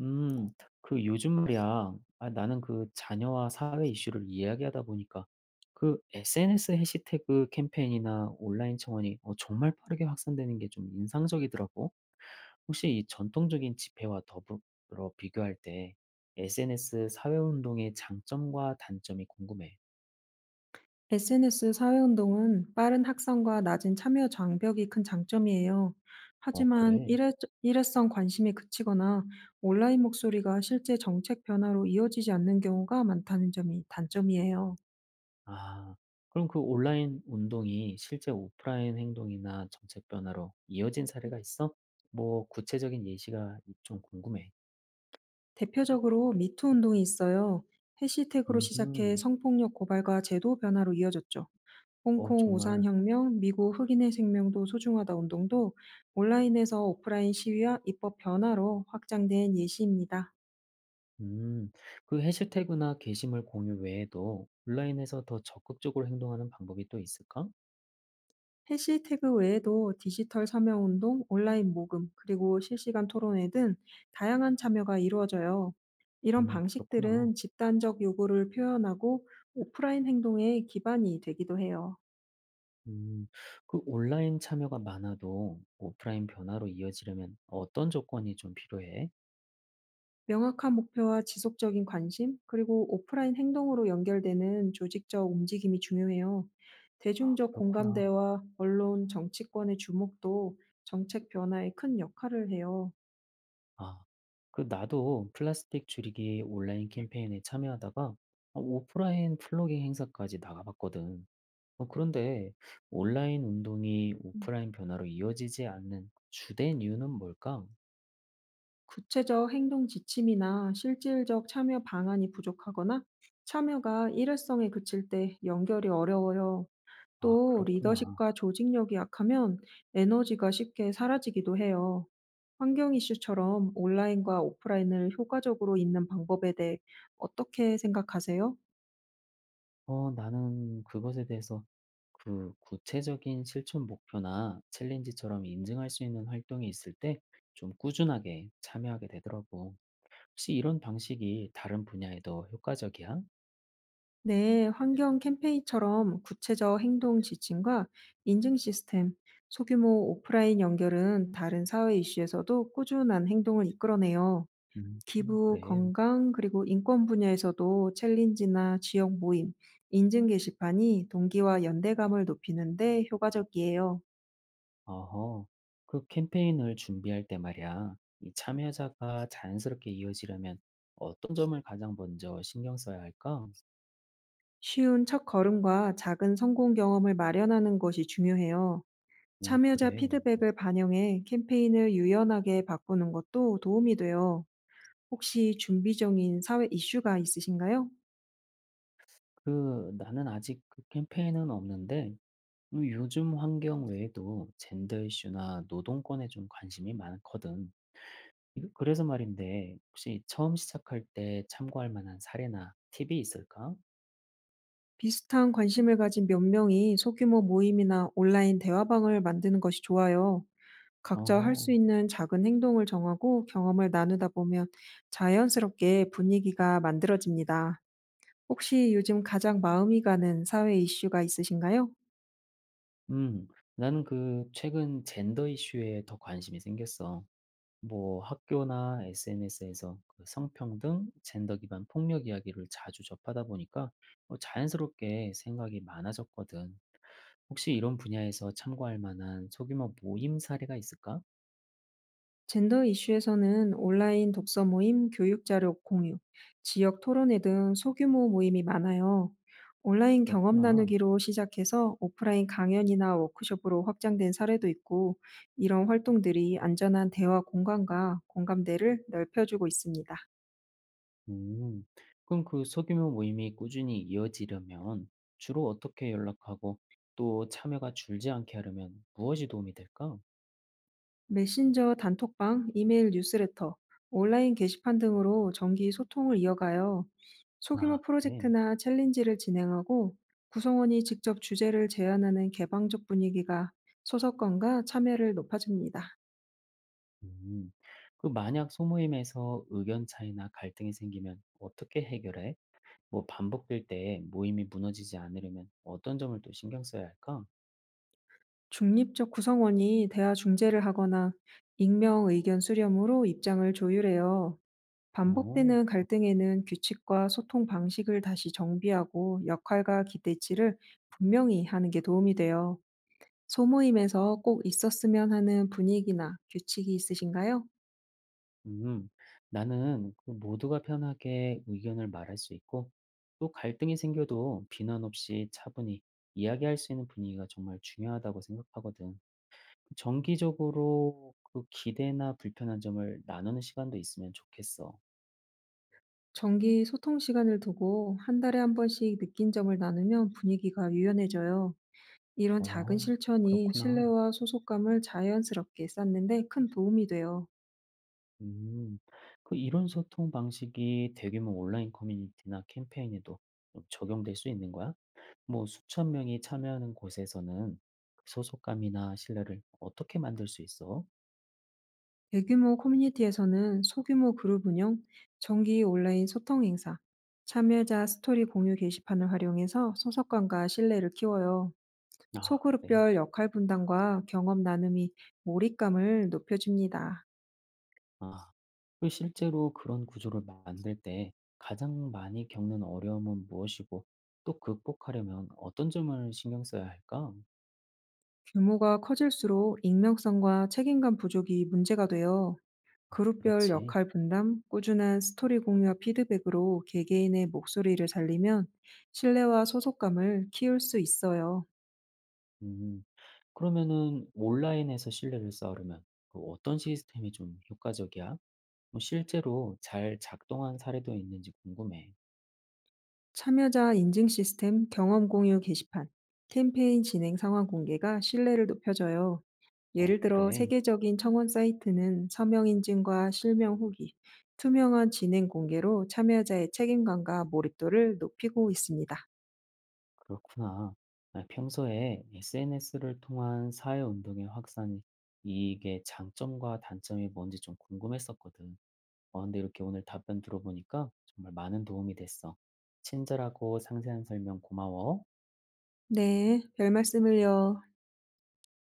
음, 그 요즘 말이야. 아, 나는 그 자녀와 사회 이슈를 이야기하다 보니까 그 SNS 해시태그 캠페인이나 온라인 청원이 정말 빠르게 확산되는 게 좀 인상적이더라고. 혹시 이 전통적인 집회와 더불어 비교할 때 SNS 사회운동의 장점과 단점이 궁금해. SNS 사회운동은 빠른 확산과 낮은 참여 장벽이 큰 장점이에요. 어, 하지만 그래. 일회성 관심이 그치거나 온라인 목소리가 실제 정책 변화로 이어지지 않는 경우가 많다는 점이 단점이에요. 아, 그럼 그 온라인 운동이 실제 오프라인 행동이나 정책 변화로 이어진 사례가 있어? 뭐 구체적인 예시가 좀 궁금해. 대표적으로 미투 운동이 있어요. 해시태그로 시작해 음흠. 성폭력 고발과 제도 변화로 이어졌죠. 어 홍콩 우산 정말. 혁명, 미국 흑인의 생명도 소중하다 운동도 온라인에서 오프라인 시위와 입법 변화로 확장된 예시입니다. 음. 그 해시태그나 게시물 공유 외에도 온라인에서 더 적극적으로 행동하는 방법이 또 있을까? 해시태그 외에도 디지털 서명 운동, 온라인 모금, 그리고 실시간 토론회 등 다양한 참여가 이루어져요. 이런 그렇구나. 방식들은 집단적 요구를 표현하고 오프라인 행동의 기반이 되기도 해요. 음. 그 온라인 참여가 많아도 오프라인 변화로 이어지려면 어떤 조건이 좀 필요해? 명확한 목표와 지속적인 관심, 그리고 오프라인 행동으로 연결되는 조직적 움직임이 중요해요. 대중적 그렇구나. 공감대와 언론, 정치권의 주목도 정책 변화에 큰 역할을 해요. 아. 그 나도 플라스틱 줄이기 온라인 캠페인에 참여하다가 아 오프라인 플로깅 행사까지 나가봤거든. 그런데 온라인 운동이 음, 오프라인 변화로 이어지지 않는 주된 이유는 뭘까? 구체적 행동 지침이나 실질적 참여 방안이 부족하거나 참여가 일회성에 그칠 때 연결이 어려워요. 아, 또 그렇구나. 리더십과 조직력이 약하면 에너지가 쉽게 사라지기도 해요. 환경 이슈처럼 온라인과 오프라인을 효과적으로 잇는 방법에 대해 어떻게 생각하세요? 나는 그것에 대해서 그 구체적인 실천 목표나 챌린지처럼 인증할 수 있는 활동이 있을 때 좀 꾸준하게 참여하게 되더라고. 혹시 이런 방식이 다른 분야에도 효과적이야? 네, 환경 캠페인처럼 구체적 행동 지침과 인증 시스템, 소규모 오프라인 연결은 다른 사회 이슈에서도 꾸준한 행동을 이끌어내요. 음, 기부, 그래. 건강, 그리고 인권 분야에서도 챌린지나 지역 모임, 인증 게시판이 동기와 연대감을 높이는데 효과적이에요. 어허, 그 캠페인을 준비할 때 말이야, 이 참여자가 자연스럽게 이어지려면 어떤 점을 가장 먼저 신경 써야 할까? 쉬운 첫걸음과 작은 성공 경험을 마련하는 것이 중요해요. 참여자 그래. 피드백을 반영해 캠페인을 유연하게 바꾸는 것도 도움이 돼요. 혹시 준비 중인 사회 이슈가 있으신가요? 그, 나는 아직 그 캠페인은 없는데, 요즘 환경 외에도 젠더 이슈나 노동권에 좀 관심이 많거든. 이 그래서 말인데, 혹시 처음 시작할 때 참고할 만한 사례나 팁이 있을까? 비슷한 관심을 가진 몇 명이 소규모 모임이나 온라인 대화방을 만드는 것이 좋아요. 각자 할 어허, 수 있는 작은 행동을 정하고 경험을 나누다 보면 자연스럽게 분위기가 만들어집니다. 혹시 요즘 가장 마음이 가는 사회 이슈가 있으신가요? 음, 나는 그 최근 젠더 이슈에 더 관심이 생겼어. 뭐 학교나 SNS에서 그 성평등, 젠더 기반 폭력 이야기를 자주 접하다 보니까 자연스럽게 생각이 많아졌거든. 혹시 이런 분야에서 참고할 만한 소규모 모임 사례가 있을까? 젠더 이슈에서는 온라인 독서 모임, 교육 자료 공유, 지역 토론회 등 소규모 모임이 많아요. 온라인 경험 그렇구나. 나누기로 시작해서 오프라인 강연이나 워크숍으로 확장된 사례도 있고, 이런 활동들이 안전한 대화 공간과 공감대를 넓혀주고 있습니다. 음. 그럼 그 소규모 모임이 꾸준히 이어지려면 주로 어떻게 연락하고 또 참여가 줄지 않게 하려면 무엇이 도움이 될까? 메신저, 단톡방, 이메일 뉴스레터, 온라인 게시판 등으로 정기 소통을 이어가요. 아, 소규모 그래. 프로젝트나 챌린지를 진행하고 구성원이 직접 주제를 제안하는 개방적 분위기가 소속감과 참여를 높아줍니다. 음. 그 만약 소모임에서 의견 차이나 갈등이 생기면 어떻게 해결해? 뭐 반복될 때 모임이 무너지지 않으려면 어떤 점을 또 신경 써야 할까? 중립적 구성원이 대화 중재를 하거나 익명 의견 수렴으로 입장을 조율해요. 어, 반복되는 갈등에는 규칙과 소통 방식을 다시 정비하고 역할과 기대치를 분명히 하는 게 도움이 돼요. 소모임에서 꼭 있었으면 하는 분위기나 규칙이 있으신가요? 음, 나는 그 모두가 편하게 의견을 말할 수 있고 또 갈등이 생겨도 비난 없이 차분히 이야기할 수 있는 분위기가 정말 중요하다고 생각하거든. 정기적으로 그 기대나 불편한 점을 나누는 시간도 있으면 좋겠어. 정기 소통 시간을 두고 한 달에 한 번씩 느낀 점을 나누면 분위기가 유연해져요. 이런 작은 어, 실천이 그렇구나. 신뢰와 소속감을 자연스럽게 쌓는데 큰 도움이 돼요. 음, 그 이런 소통 방식이 대규모 온라인 커뮤니티나 캠페인에도 좀 적용될 수 있는 거야? 뭐 수천 명이 참여하는 곳에서는 그 소속감이나 신뢰를 어떻게 만들 수 있어? 대규모 커뮤니티에서는 소규모 그룹 운영, 정기 온라인 소통 행사, 참여자 스토리 공유 게시판을 활용해서 소속감과 신뢰를 키워요. 아, 그래. 소그룹별 역할 분담과 경험 나눔이 몰입감을 높여줍니다. 아, 그 실제로 그런 구조를 만들 때 가장 많이 겪는 어려움은 무엇이고 또 극복하려면 어떤 점을 신경 써야 할까? 규모가 커질수록 익명성과 책임감 부족이 문제가 되어 그룹별 그렇지. 역할 분담, 꾸준한 스토리 공유와 피드백으로 개개인의 목소리를 살리면 신뢰와 소속감을 키울 수 있어요. 음, 그러면은 온라인에서 신뢰를 쌓으려면 그 어떤 시스템이 좀 효과적이야? 뭐 실제로 잘 작동한 사례도 있는지 궁금해. 참여자 인증 시스템, 경험 공유 게시판, 캠페인 진행 상황 공개가 신뢰를 높여줘요. 어, 예를 들어 그래. 세계적인 청원 사이트는 서명 인증과 실명 후기, 투명한 진행 공개로 참여자의 책임감과 몰입도를 높이고 있습니다. 그렇구나. 아, 평소에 SNS를 통한 사회운동의 확산이 이게 장점과 단점이 뭔지 좀 궁금했었거든. 근데 이렇게 오늘 답변 들어보니까 정말 많은 도움이 됐어. 친절하고 상세한 설명 고마워. 네, 별 말씀을요.